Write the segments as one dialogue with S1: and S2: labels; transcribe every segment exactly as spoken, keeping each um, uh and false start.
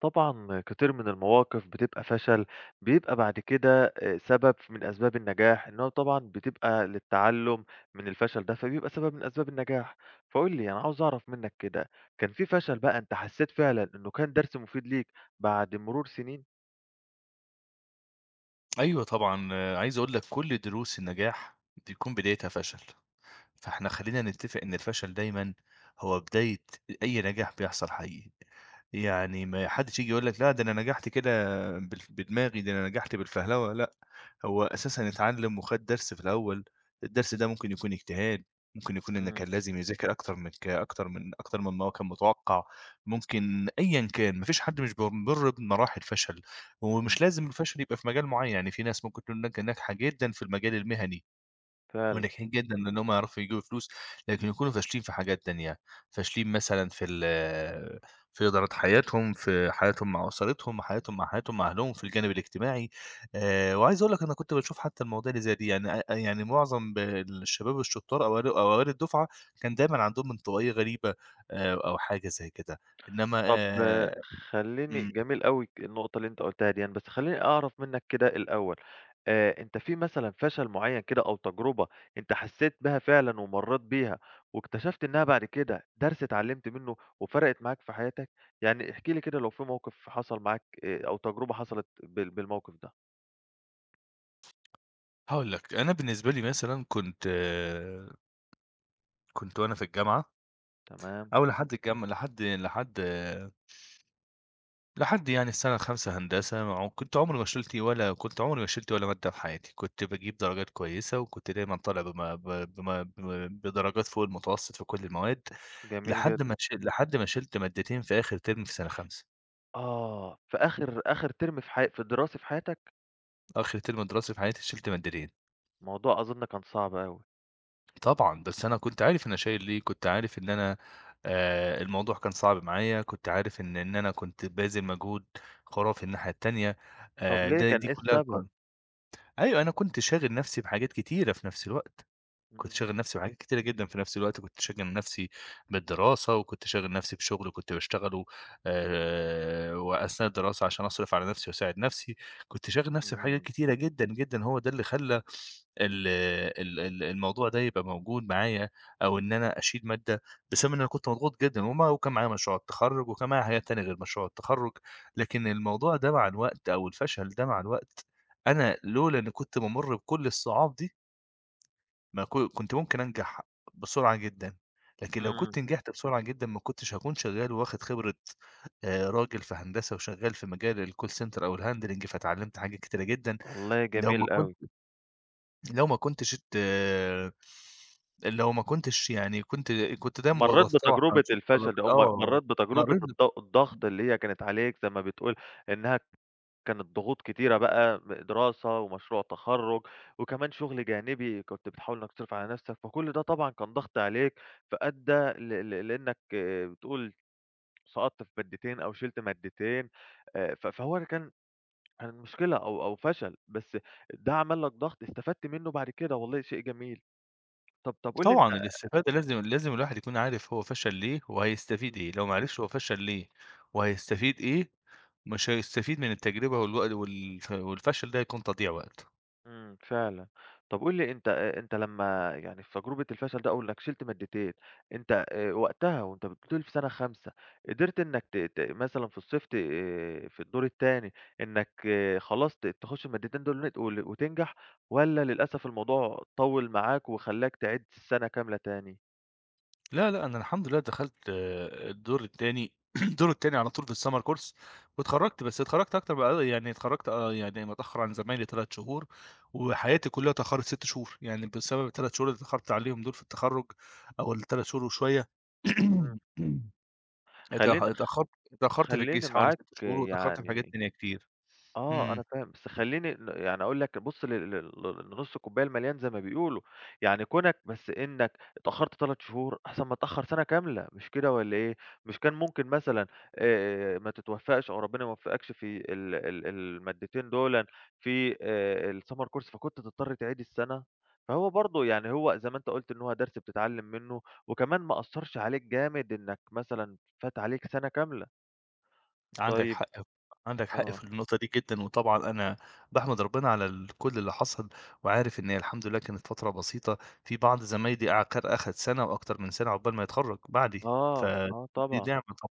S1: طبعًا كتير من المواقف بتبقى فشل، بيبقى بعد كده آآ سبب من أسباب النجاح، إن هو طبعًا بتبقى للتعلُّم من الفشل ده، فبيبقى سبب من أسباب النجاح. فقُل لي أنا عاوز أعرف منّك كده، كان في فشل بقى أنت حسّيت فعلًا إنه كان درس مفيد ليك بعد مرور سنين؟
S2: أيوه طبعًا، آه، عايز أقول لك كل دروس النجاح بيكون بدايتها فشل. فإحنا خلّينا نتفق إن الفشل دايمًا هو بداية أي نجاح بيحصل حقيقي. يعني ما حدش ييجي يقول لك لأ ده أنا نجحت كده بال بدماغي، ده أنا نجحت بالفهلوة لأ. هو أساسًا اتعلّم وخَد درس في الأول. الدرس ده ممكن يكون اجتهاد، ممكن يكون إن كان
S1: إمم،
S2: لازم يذاكر أكتر من ك أكتر من أكتر مما هو كان متوقّع. ممكن أيًا كان. ما فيش حد مش بيمُر بمراحل فشل.
S1: إمم.
S2: ومش لازم الفشل يبقى في مجال معيّن، يعني في ناس ممكن تكون ناج ناجحة جدًا في المجال المهني،
S1: فعلًا.
S2: وناجحين جدًا لإنهم يعرفوا يجيبوا فلوس، لكن يكونوا فاشلين في حاجات تانية، فاشلين مثلًا في ال في إدارة حياتهم، في حياتهم مع أسرتهم، حياتهم مع حياتهم مع أهلهم، في الجانب الاجتماعي. آآ، وعايز أقول لك أنا كنت باشوف حتى المواضيع اللي زي دي، يعني أ يعني معظم ب الشباب الشطار أو أوائل أو أوائل الدفعة كان دايمًا عندهم انطوائية غريبة، آآ، أو حاجة زي كده. إنما
S1: طب
S2: آآ
S1: خلّيني
S2: إمم،
S1: جميل أوي ك النقطة اللي أنت قُلتها ديًّا، بس خلّيني أعرف منّك كده الأول، آآ أنت في مثلًا فشل معيّن كده أو تجربة أنت حسّيت بها فعلًا ومرّيت بيها واكتشفت إنّها بعد كده درس اتعلّمت منّه وفرقِت معاك في حياتك؟ يعني احكِ لي كده لو في موقف حصل معاك آآ أو تجربة حصلت بال بالموقف ده.
S2: هاقول لك أنا بالنسبة لي مثلًا كنت آه كنت وأنا في الجامعة،
S1: تمام،
S2: أو لحد الجام لحد لحد لحد يعني السنة الخامسة هندسة، ما عم كنت عمري ما شِلت ولا كنت عمري ما شِلت ولا مادة في حياتي. كنت باجيب درجات كويسة، وكنت دايمًا طالع بم ب بم ب بدرجات فوق المتوسط في كل المواد،
S1: جميل
S2: لحد ما
S1: جدًا.
S2: ش لحد ما شِلت مادتين في آخر ترم في سنة خامسة.
S1: آه، في آخر آخر ترم في حيا في الدراسي في حياتك؟
S2: آخر ترم دراسي في حياتي شِلت مادتين.
S1: الموضوع أظُن كان صعب أوي.
S2: طبعًا بس أنا كنت عارف أنا شايل ليه. كنت عارف إن أنا، آآ الموضوع كان صعب معايا. كنت عارف إن إن أنا كنت باذل مجهود خرافي الناحية التانية.
S1: طب
S2: آآ
S1: ليه،
S2: ده
S1: كان
S2: دي
S1: إيه
S2: كلّها
S1: السبب؟
S2: أيوه، أنا كنت شاغل نَفْسي بحاجات كتيرة في نَفْس الوقت. كنت
S1: إمم،
S2: شاغل نَفْسي بحاجات كتيرة جدًا في نَفْس الوقت. كنت شاغل نَفْسي بالدراسة، وكنت شاغل نَفْسي بشغل كنت باشتغله، آآ، وأثناء الدراسة عشان أصرف على نَفْسي وأساعد نَفْسي. كنت شاغل نَفْسي بحاجات
S1: إمم،
S2: كتيرة جدًا، جدًا. هو ده اللي خلّى ال ال ال الموضوع ده يبقى موجود معايا، أو إن أنا أشيل مادة، بسبب إن أنا كنت مضغوط جدًا، وما وكان معايا مشروع التخرُّج، وكان معايا حاجات تانية غير مشروع التخرُّج. لكن الموضوع ده مع الوقت، أو الفشل ده مع الوقت، أنا لولا إني كنت بامُر بكل الصعاب دي، ما ك كنت ممكن أنجح بسرعة جدًا. لكن لو
S1: إمم.
S2: كنت نجحت بسرعة جدًا ما كنتش هاكون شغّال وواخد خبرة، آآ راجل في هندسة وشغّال في مجال الcall center أو الhandling. فاتعلّمت حاجات كتيرة جدًا.
S1: والله
S2: لو ما
S1: جميل
S2: كنت
S1: أوي.
S2: لو ما كنتش ات لو ما كنتش يعني كنت كنت دايمًا
S1: مرّيت
S2: باتطوع.
S1: بتجربة الفشل دي أو م
S2: آه،
S1: مرّيت بتجربة
S2: مرّيت ب
S1: الض الضغط اللي هي كانت عليك زي ما بتقول إنها كانت ضغوط كتيرة بقى م دراسة ومشروع تخرُّج وكمان شغل جانبي كنت بتحاول إنّك تصرف على نَفْسك، فكل ده طبعًا كان ضغط عليك فأدّى ل ل لإنّك آه، بتقول سقطت في مادتين أو شِلت مادتين آآ ف فهو كان كان مشكلة أو أو فشل، بس ده عمل لك ضغط استفدت منّه بعد كده والله شيء جميل. طَب طَب قُل لي أنت.
S2: طبعًا، الاستفادة لازم لازم الواحد يكون عارف هو فشل ليه وهيستفيد
S1: إمم.
S2: إيه. لو ما عرفش هو فشل ليه وهيستفيد إيه، مش هيستفيد من التجربة والوق والف والفشل ده هيكون تضييع وقت.
S1: إمم، فعلًا. طب قُل لي أنت أ أنت لمّا يعني في تجربة الفشل ده أو إنّك شِلت مادتين، أنت آآ وقتها وأنت بتقول في سَنة خامسة، قدرت إنّك ت ت مثلًا في الصيف ت آه، في الدور التاني إنّك آه، خلاص ت تخُش المادتين دول نت ول وتنجح والّا للأسف الموضوع طوّل معاك وخلّاك تعيد السَنة كاملة تاني؟
S2: لا، لأ، أنا الحمد لله دخلت، آه، الدور التاني الدور التاني على طول في الsummer course، واتخرّجت. بس اتخرّجت أكتر بقى، آه، يعني اتخرّجت آه، يعني متأخّر عن زمايلي 3 شهور، وحياتي كلّها اتأخّرت 6 شهور، يعني بسبب التلات شهور اللي اتأخّرت عليهم دول في التخرُّج، أو التلات شهور وشوية.
S1: إمم.
S2: اتأخ
S1: خلّيني خ
S2: اتأخّرت اتأخّرت في
S1: خلّيني
S2: الجيش حوالي
S1: معاك
S2: 6 شهور، واتأخّرت في حاجات
S1: يعني
S2: تانية كتير.
S1: آه، أنا
S2: إمم.
S1: فاهم، بس خلّيني ن يعني أقول لك بُص لل لل لنُص الكوباية المليان زي ما بيقولوا، يعني كونك بس إنك اتأخرت 3 شهور أحسن ما تتأخر سَنة كاملة، مش كده والّا إيه؟ مش كان ممكن مثلًا آآ ما تتوفّقش أو ربنا ما يوفّقكش في ال ال المادتين دولًا في آآ الsummer course فكنت تضطر تعيد السَنة؟ فهو برضه يعني هو زي ما أنت قُلت إن هو درس بتتعلّم منّه، وكمان ما أثّرش عليك جامد إنك مثلًا فات عليك سَنة كاملة.
S2: عندك
S1: طيب.
S2: حق. عندك حق
S1: آه،
S2: في النقطة دي جدًا، وطبعًا أنا باحمد ربنا على ال كل اللي حصل، وعارف إن هي الحمد لله كانت فترة بسيطة. في بعض زمايلي أع كان أخد سنة وأكتر من سنة عقبال ما يتخرّج بعدي.
S1: آه،
S2: فدي
S1: آه طبعًا.
S2: نعمة طبعًا.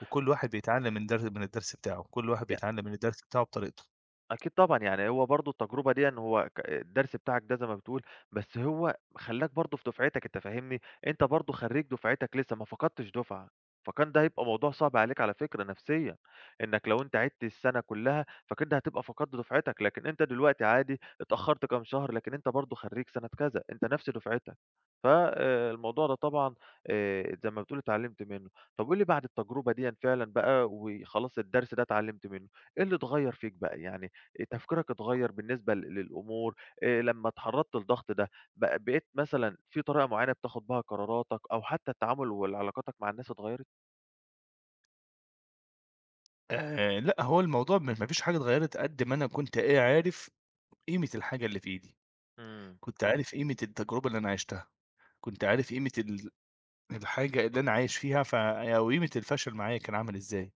S2: وكل واحد بيتعلم من در من الدرس بتاعه. كل واحد
S1: ي
S2: بيتعلم من الدرس بتاعه بطريقته.
S1: أكيد طبعًا، يعني هو برضه التجربة ديًا هو ك الدرس بتاعك ده زي ما بتقول، بس هو خلّاك برضه في دفعتك أنت فاهمني، أنت برضه خرّيج دفعتك لسه ما فقدتش دفعة، فكان ده هيبقى موضوع صعب عليك على فكرة نفسيًا، إنك لو أنت عِدت السنة كلّها فكده هتبقى فقدت دفعتك، لكن أنت دلوقتي عادي اتأخرت كام شهر، لكن أنت برضه خرّيج سنة كذا، أنت نفس دفعتك، ف آآ، الموضوع ده طبعًا آآ، زي ما بتقول اتعلمت منه. طب قُل لي بعد التجربة ديًا فعلًا بقى وخلاص الدرس ده اتعلمت منه، إيه اللي اتغيّر فيك بقى؟ يعني آآ تفكيرك اتغيّر بالنسبة ل للأمور، آآ لمّا اتعرّضت للضغط ده بق بقيت مثلًا في طريقة معيّنة بتاخد بها قراراتك أو حتى التعامل والعلاقاتك مع الناس اتغيّرت؟
S2: آآ، لأ، هو الموضوع م ما فيش حاجة اتغيّرت، قد ما أنا كنت إيه عارف قيمة الحاجة اللي في إيدي.
S1: إمم،
S2: كنت عارف قيمة التجربة اللي أنا عِشتها. كنت عارف قيمة ال الحاجة اللي أنا عايش فيها. ف أو قيمة الفشل معايا كان عامل إزاي.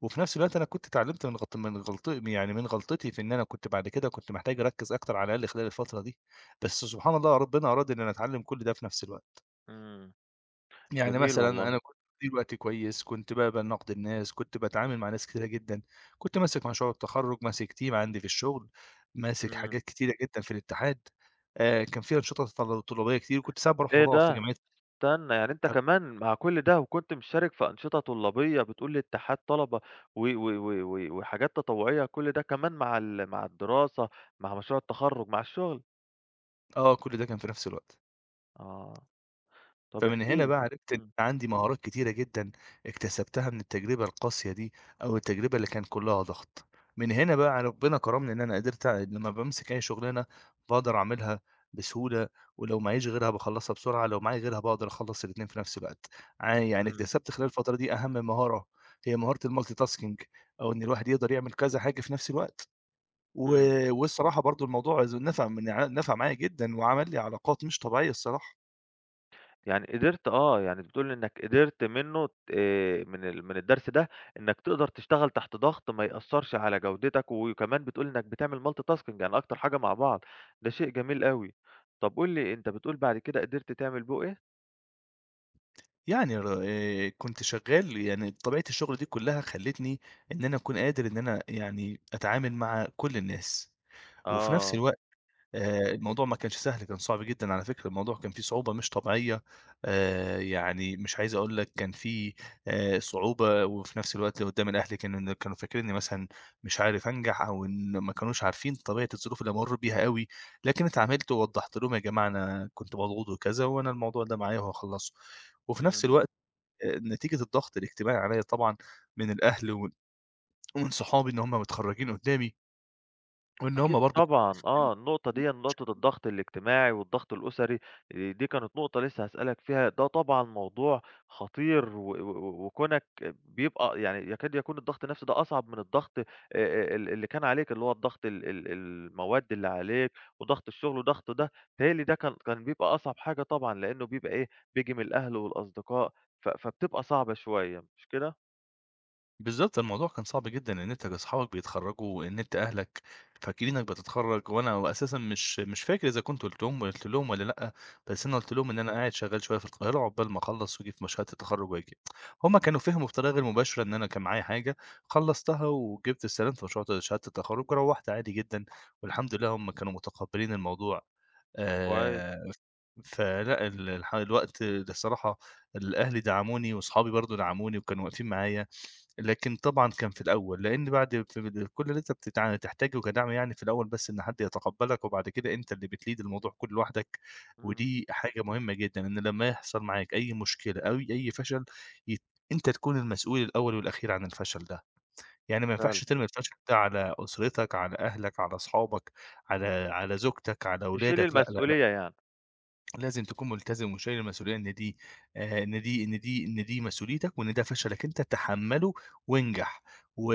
S2: وفي نفس الوقت أنا كنت اتعلمت من غلط من غلط يعني من غلطتي، في إن أنا كنت بعد كده كنت محتاج أركّز أكتر، على الأقل خلال الفترة دي. بس سبحان الله ربنا أراد إن أنا أتعلم كل ده في نفس الوقت.
S1: إمم.
S2: يعني
S1: جميل
S2: مثلًا
S1: والله.
S2: أنا كنت مدير وقتي كويس، كنت باقبل نقد الناس، كنت باتعامل مع ناس كتيرة جدًا. كنت ماسك مشروع التخرُّج، ماسك team عندي في الشغل، ماسك
S1: إمم.
S2: حاجات كتيرة جدًا في الاتحاد. آآ كان في أنشطة طل طلابية كتير، وكنت ساعات باروح
S1: إيه
S2: أتطوّع في
S1: ده!
S2: جمعية.
S1: استنّى، يعني أنت كمان مع كل ده وكنت مشترك في أنشطة طلابية بتقول لي اتحاد طلبة و و و و وحاجات تطوعية كل ده كمان مع ال مع الدراسة، مع مشروع التخرُّج، مع الشغل؟
S2: آه كل ده كان في نفس الوقت.
S1: آه، طَب
S2: فمن
S1: احكِ
S2: هنا
S1: لي.
S2: بقى عرفت إن
S1: إمم،
S2: أنا عندي مهارات كتيرة جدًا اكتسبتها من التجربة القاسية دي، أو التجربة اللي كان كلها ضغط. من هنا بقى ربنا كرمني إن أنا قدرت أ- لمّا بامسك أي شغلانة باقدر أعملها بسهولة. ولو معييش غيرها باخلّصها بسرعة، لو معايا غيرها باقدر أخلّص الاتنين في نفس الوقت. ع يعني
S1: إمم،
S2: اكتسبت خلال الفترة دي أهم مهارة، هي مهارة الmultitasking، أو إن الواحد يقدر يعمل كذا حاجة في نفس الوقت. و
S1: إمم.
S2: والصراحة برضه الموضوع ز نفع من ع نفع معايا جدًا، وعمل لي علاقات مش طبيعية، الصراحة.
S1: يعني قدرت آه، يعني بتقول إنّك قدرت منّه ت آآ من ال من الدرس ده إنّك تقدر تشتغل تحت ضغط ما يأثّرش على جودتك، وكمان بتقول إنّك بتعمل multitasking يعني أكتر حاجة مع بعض، ده شيء جميل أوي. طَب قُل لي أنت بتقول بعد كده قدرت تعمل بُه إيه؟
S2: يعني ر آآ كنت شغال، يعني طبيعة الشغل دي كلّها خلّتني إن أنا أكون قادر إن أنا يعني أتعامل مع كل الناس. وفي نفس
S1: آه،
S2: الوقت آآ الموضوع ما كانش سهل، كان صعب جدًا على فكرة. الموضوع كان فيه صعوبة مش طبيعية. آآ يعني مش عايز أقول لك كان فيه آآ صعوبة. وفي نفس الوقت اللي قدّام الأهل كان كانوا فاكرينّي مثلًا مش عارف أنجح، أو إن ما كانوش عارفين طبيعة الظروف اللي بامُر بيها أوي. لكن اتعاملت ووضّحت لهم يا جماعة أنا كنت مضغوط وكذا، وأنا الموضوع ده معايا وهاخلّصه. وفي نفس
S1: إمم.
S2: الوقت آآ نتيجة الضغط الاجتماعي عليّا طبعًا، من الأهل ومن ومن صحابي إن هُم متخرّجين قُدّامي، وإن
S1: أكيد
S2: هُم برضه.
S1: طبعًا، آه، النقطة ديًّا نقطة الضغط الاجتماعي والضغط الأسري، آآ، دي كانت نقطة لسه هاسألك فيها، ده طبعًا موضوع خطير و و وكونك بيبقى يعني يكاد يكون الضغط النفسي ده أصعب من الضغط آآ، آآ، ال اللي كان عليك، اللي هو الضغط ال ال المواد اللي عليك وضغط الشغل وضغط ده، بيتهيأ لي ده كان كان بيبقى أصعب حاجة طبعًا، لأنه بيبقى إيه، بييجي من الأهل والأصدقاء، ف فبتبقى صعبة شوية، مش كده؟
S2: بالضبط، الموضوع كان صعب جدًا إن أنت أصحابك بيتخرّجوا، إن أنت أهلك فاكرينك بتتخرّج. وأنا أساسًا مش مش فاكر إذا كنت قُلت لهم قُلت لهم والّا لأ. بس أنا قُلت لهم إن أنا قاعد شغّال شوية في القاهرة عقبال ما أخلّص وآجي في مشهد التخرُّج وآجي. هُم كانوا فهموا بطريقة غير مباشرة إن أنا كان معايا حاجة، خلّصتها وجِبت السلام في مشروع شهادة التخرُّج، وروّحت عادي جدًا، والحمد لله هُم كانوا متقبّلين الموضوع.
S1: كويس،
S2: آآ، فلأ ال الح الوقت ده الصراحة الأهل دعموني، وأصحابي برضه دعموني وكانوا واقفين معايا. لكن طبعًا كان في الأول، لإن بعد في ال كل اللي أنت بتتع تحتاجه كدعم، يعني في الأول بس إن حد يتقبّلك، وبعد كده أنت اللي بتlead الموضوع كله لوحدك.
S1: إمم،
S2: ودي حاجة مهمة جدًا إن لمّا يحصل معاك أي مشكلة أو أي فشل، يت أنت تكون المسؤول الأول والأخير عن الفشل ده. يعني ما
S1: فعلًا،
S2: ينفعش ترمي الفشل ده على أسرتك، على أهلك، على أصحابك، على على زوجتك، على
S1: تشيل
S2: ولادك. لأ، لأ، لأ.
S1: المسؤولية يعني،
S2: لازم تكون ملتزم وشايل المسؤولية، إن دي آآ إن دي إن دي إن دي مسؤوليتك، وإن ده فشلك أنت تحمّله وانجح. و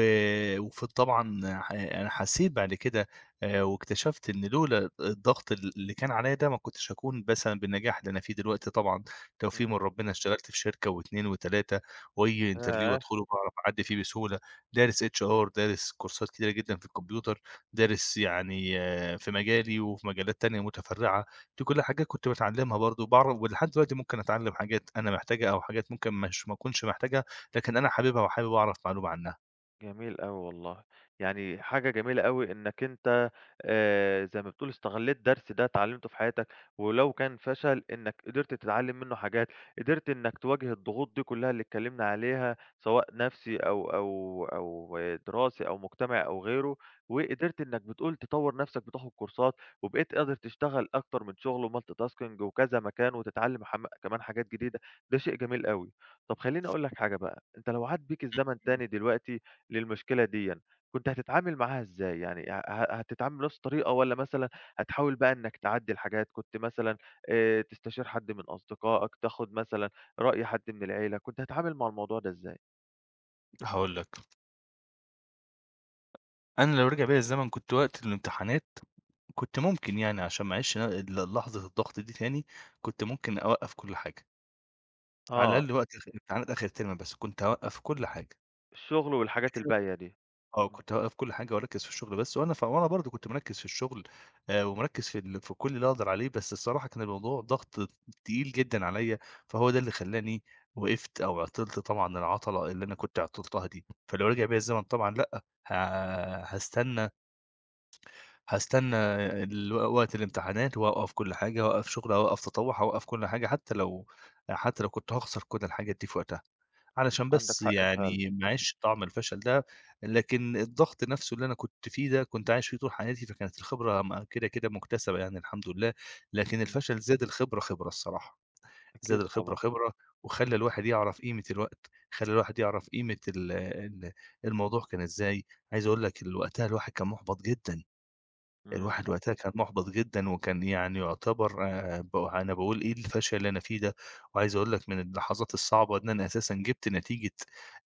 S2: وف طبعًا ح أنا حسّيت بعد كده، آآ واكتشفت إن لولا الضغط ال اللي كان عليّا ده، ما كنتش هاكون مثلًا بالنجاح اللي أنا فيه دلوقتي طبعًا. توفيق من
S1: إمم،
S2: ربنا اشتغلت في شركة واتنين وتلاتة، وأي interview
S1: ياه!
S2: أدخله باعرف أعدّي فيه بسهولة. دارس H R، دارس كورسات كتيرة جدًا في الكمبيوتر. دارس يعني آه، في مجالي وفي مجالات تانية متفرعة. دي كل حاجة كنت باتعلّمها برضه. باعرف ولحد دلوقتي ممكن أتعلّم حاجات أنا محتاجها، أو حاجات ممكن مش ما أكونش محتاجها، لكن أنا حاببها وحابب أعرف معلومة عنها.
S1: جميل أوي والله، يعني حاجة جميلة أوي إنّك أنت آآ زي ما بتقول استغلّيت درس ده اتعلّمته في حياتك، ولو كان فشل إنّك قدرت تتعلّم منّه حاجات، قدرت إنّك تواجه الضغوط دي كلّها اللي اتكلّمنا عليها سواء نَفْسي أو أو أو دراسي أو مجتمعي أو غيره، وقدرت إنّك بتقول تطوّر نَفْسك بتاخُد كورسات، وبقيت قادر تشتغل أكتر من شُغل وmultitasking وكذا مكان وتتعلّم حم كمان حاجات جديدة، ده شيء جميل أوي. طَب خلّيني أقول لك حاجة بقى، أنت لو عاد بيك الزمن تاني دلوقتي للمشكلة ديًا، كنت هتتعامل معاها إزاي؟ يعني ه ه هتتعامل بنفس الطريقة والّا مثلًا هتحاول بقى إنك تعدِّل حاجات، كنت مثلًا آآ تستشير حد من أصدقائك، تاخد مثلًا رأي حد من العيلة، كنت هتتعامل مع الموضوع ده إزاي؟
S2: إمم. هاقول لك، أنا لو رجع بيّا الزمن كنت وقت الامتحانات، كنت ممكن يعني عشان ما أعيش ال لحظة الضغط دي تاني، كنت ممكن أوقّف كل حاجة، على
S1: آه،
S2: الأقل وقت الخ امتحانات آخر الترم بس، كنت هاوقّف كل حاجة.
S1: الشغل والحاجات الباقية دي،
S2: آه،
S1: إمم،
S2: كنت هاوقّف كل حاجة وأركّز في الشغل بس. وأنا ف وأنا برضه كنت مركّز في الشغل، آآ، ومركّز في ال في كل اللي أقدر عليه. بس الصراحة كان الموضوع ضغط تقيل جدًا عليَّ. فهو ده اللي خلّاني وقفت أو عطلت طبعًا العطلة اللي أنا كنت عطلتها دي. فلو رجع بيّا الزمن طبعًا لأ، ه هاستنى هاستنى ال وقت الامتحانات وأوقّف كل حاجة، هاوقّف شغل، هاوقّف تطوع، هاوقّف كل حاجة، حتى لو حتى لو كنت هاخسر كل الحاجات دي في وقتها. علشان
S1: عندك
S2: بس
S1: حق فعلًا،
S2: يعني ما اعيش طعم الفشل ده. لكن الضغط نفسه اللي أنا كنت فيه ده، كنت عايش فيه طول حياتي، فكانت الخبرة م كده، كده مكتسبة يعني الحمد لله. لكن
S1: إمم،
S2: الفشل زاد الخبرة خبرة، الصراحة. زاد
S1: أكيد
S2: الخبرة
S1: طبعًا،
S2: خبرة، وخلّى الواحد يعرف قيمة الوقت، خلّى الواحد يعرف قيمة ال ال الموضوع كان إزاي. عايز أقول لك
S1: إمم،
S2: ال وقتها الواحد كان مُحبَط جدًا.
S1: إمم،
S2: الواحد وقتها كان مُحبَط جدًا، وكان يعني يُعتبر، آآ ب أنا باقول إيه الفشل اللي أنا فيه ده. وعايز أقول لك من اللحظات الصعبة إن أنا أساسًا جِبت نتيجة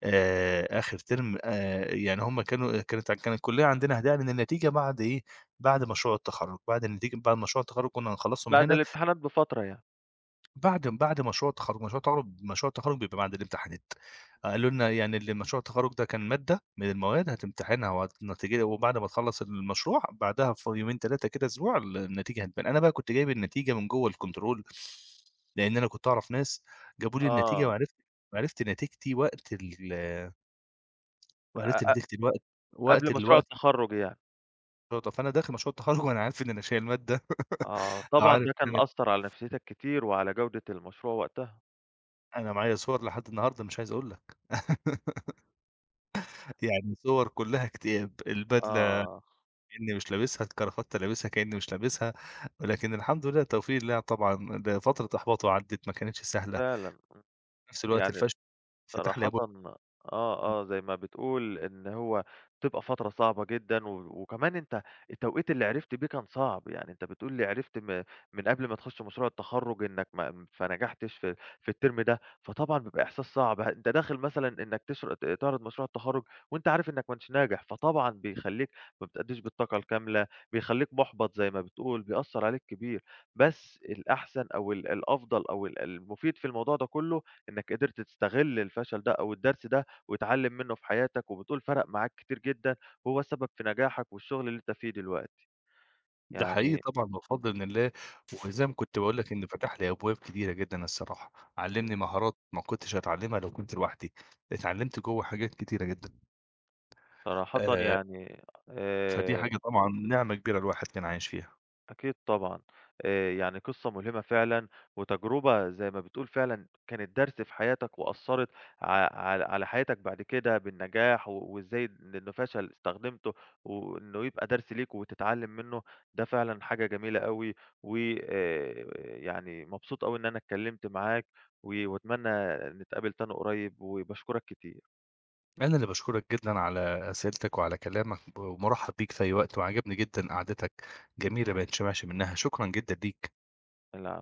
S2: آآ آخِر تِرم. آآ يعني هم كانوا كانت كان الكُلّية عندنا هتعلن النتيجة بعد إيه، بعد مشروع التخرُّج، بعد النتيجة بعد مشروع التخرُّج كُنّا هنخلّصه من
S1: بعد
S2: هنا،
S1: الامتحانات بفترة يعني،
S2: بعد بعد مشروع التخرُّج. مشروع التخرُّج مشروع التخرُّج بيبقى بعد الامتحانات. آه، قالوا لنا يعني اللي مشروع التخرُّج ده كان مادة من المواد هتمتحنها وهتنتج، وبعد ما تخلّص المشروع بعدها في يومين ثلاثة كده أسبوع، ال النتيجة هتبان. أنا بقى كنت جايب النتيجة من جوّه الكنترول، لإن أنا كنت أعرف ناس جابوا لي النتيجة،
S1: آه،
S2: وعرفت وعرفت نتيجتي وقت ال وعرفت
S1: أ أ
S2: نتيجتي الوقت وقت
S1: قبل مشروع
S2: الوقت
S1: التخرُّج يعني،
S2: فأنا داخل مشروع التخرُّج وأنا عارف إن أنا شايل مادة.
S1: آه،
S2: أو
S1: طبعًا
S2: عارف
S1: ده
S2: إن
S1: كان
S2: أنا
S1: أثّر على نفسيتك كتير وعلى جودة المشروع وقتها،
S2: أنا معايا صور لحد النهارده مش عايز أقول لك. يعني صور كلّها اكتئاب، البدلة
S1: آه،
S2: كإنّي مش لابسها، الكرافطة لابسها كإنّي مش لابسها. ولكن الحمد لله توفيق الله طبعًا، ده فترة إحباطه عدّت ما كانتش سهلة. في
S1: فعلًا،
S2: نفس الوقت
S1: يعني
S2: الفشل فتح لي
S1: صراحةً
S2: أبواب.
S1: آه، آه، زي ما بتقول إن هو بتبقى فترة صعبة جدًا و وكمان أنت التوقيت اللي عرفت بيه كان صعب، يعني أنت بتقول لي عرفت م من قبل ما تخش مشروع التخرُّج إنّك ما فنجحتش في في الترم ده، فطبعًا بيبقى إحساس صعب، ه أنت داخل مثلًا إنّك تشر ت تعرض مشروع التخرُّج وأنت عارف إنّك ما أنتش ناجح، فطبعًا بيخلّيك ما بتأدّيش بالطاقة الكاملة، بيخلّيك مُحبَط زي ما بتقول، بيأثّر عليك كبير، بس الأحسن أو ال الأفضل أو ال المفيد في الموضوع ده كُلّه إنك قدرت تستغل الفشل ده أو الدرس ده وتتعلم منه في حياتك، وبتقول فرق معاك كتير جدًا، وهو السبب في نجاحك والشغل اللي أنت فيه دلوقتي،
S2: ده حقيقي
S1: يعني
S2: طبعًا بفضل من الله. وزي ما كنت باقول لك إنه فتح لي أبواب كتيرة جدًا الصراحة، علّمني
S1: إمم،
S2: مهارات ما كنتش هاتعلّمها لو كنت لوحدي، اتعلّمت جوّه حاجات كتيرة جدًا.
S1: صراحةً
S2: آآ،
S1: يعني
S2: فدي
S1: آآ
S2: حاجة طبعًا نعمة كبيرة الواحد كان عايش فيها.
S1: أكيد طبعًا، آآ يعني قصة ملهمة فعلًا، وتجربة زي ما بتقول فعلًا كانت درس في حياتك وأثّرت ع على على حياتك بعد كده بالنجاح، و وإزاي إن إنه فشل استخدمته، وإنه يبقى درس ليك وتتعلم منه، ده فعلًا حاجة جميلة أوي، وآآ يعني مبسوط أوي إن أنا اتكلمت معاك، و وأتمنى نتقابل تاني قريب، وباشكرك كتير.
S2: أنا اللي باشكرك جدًا على أسئلتك وعلى كلامك، ومُرحّب بيك في أي وقت، وعجبني جدًا قعدتك جميلة ما يتشبعش منها، شكرًا جدًا ليك.
S1: العفو.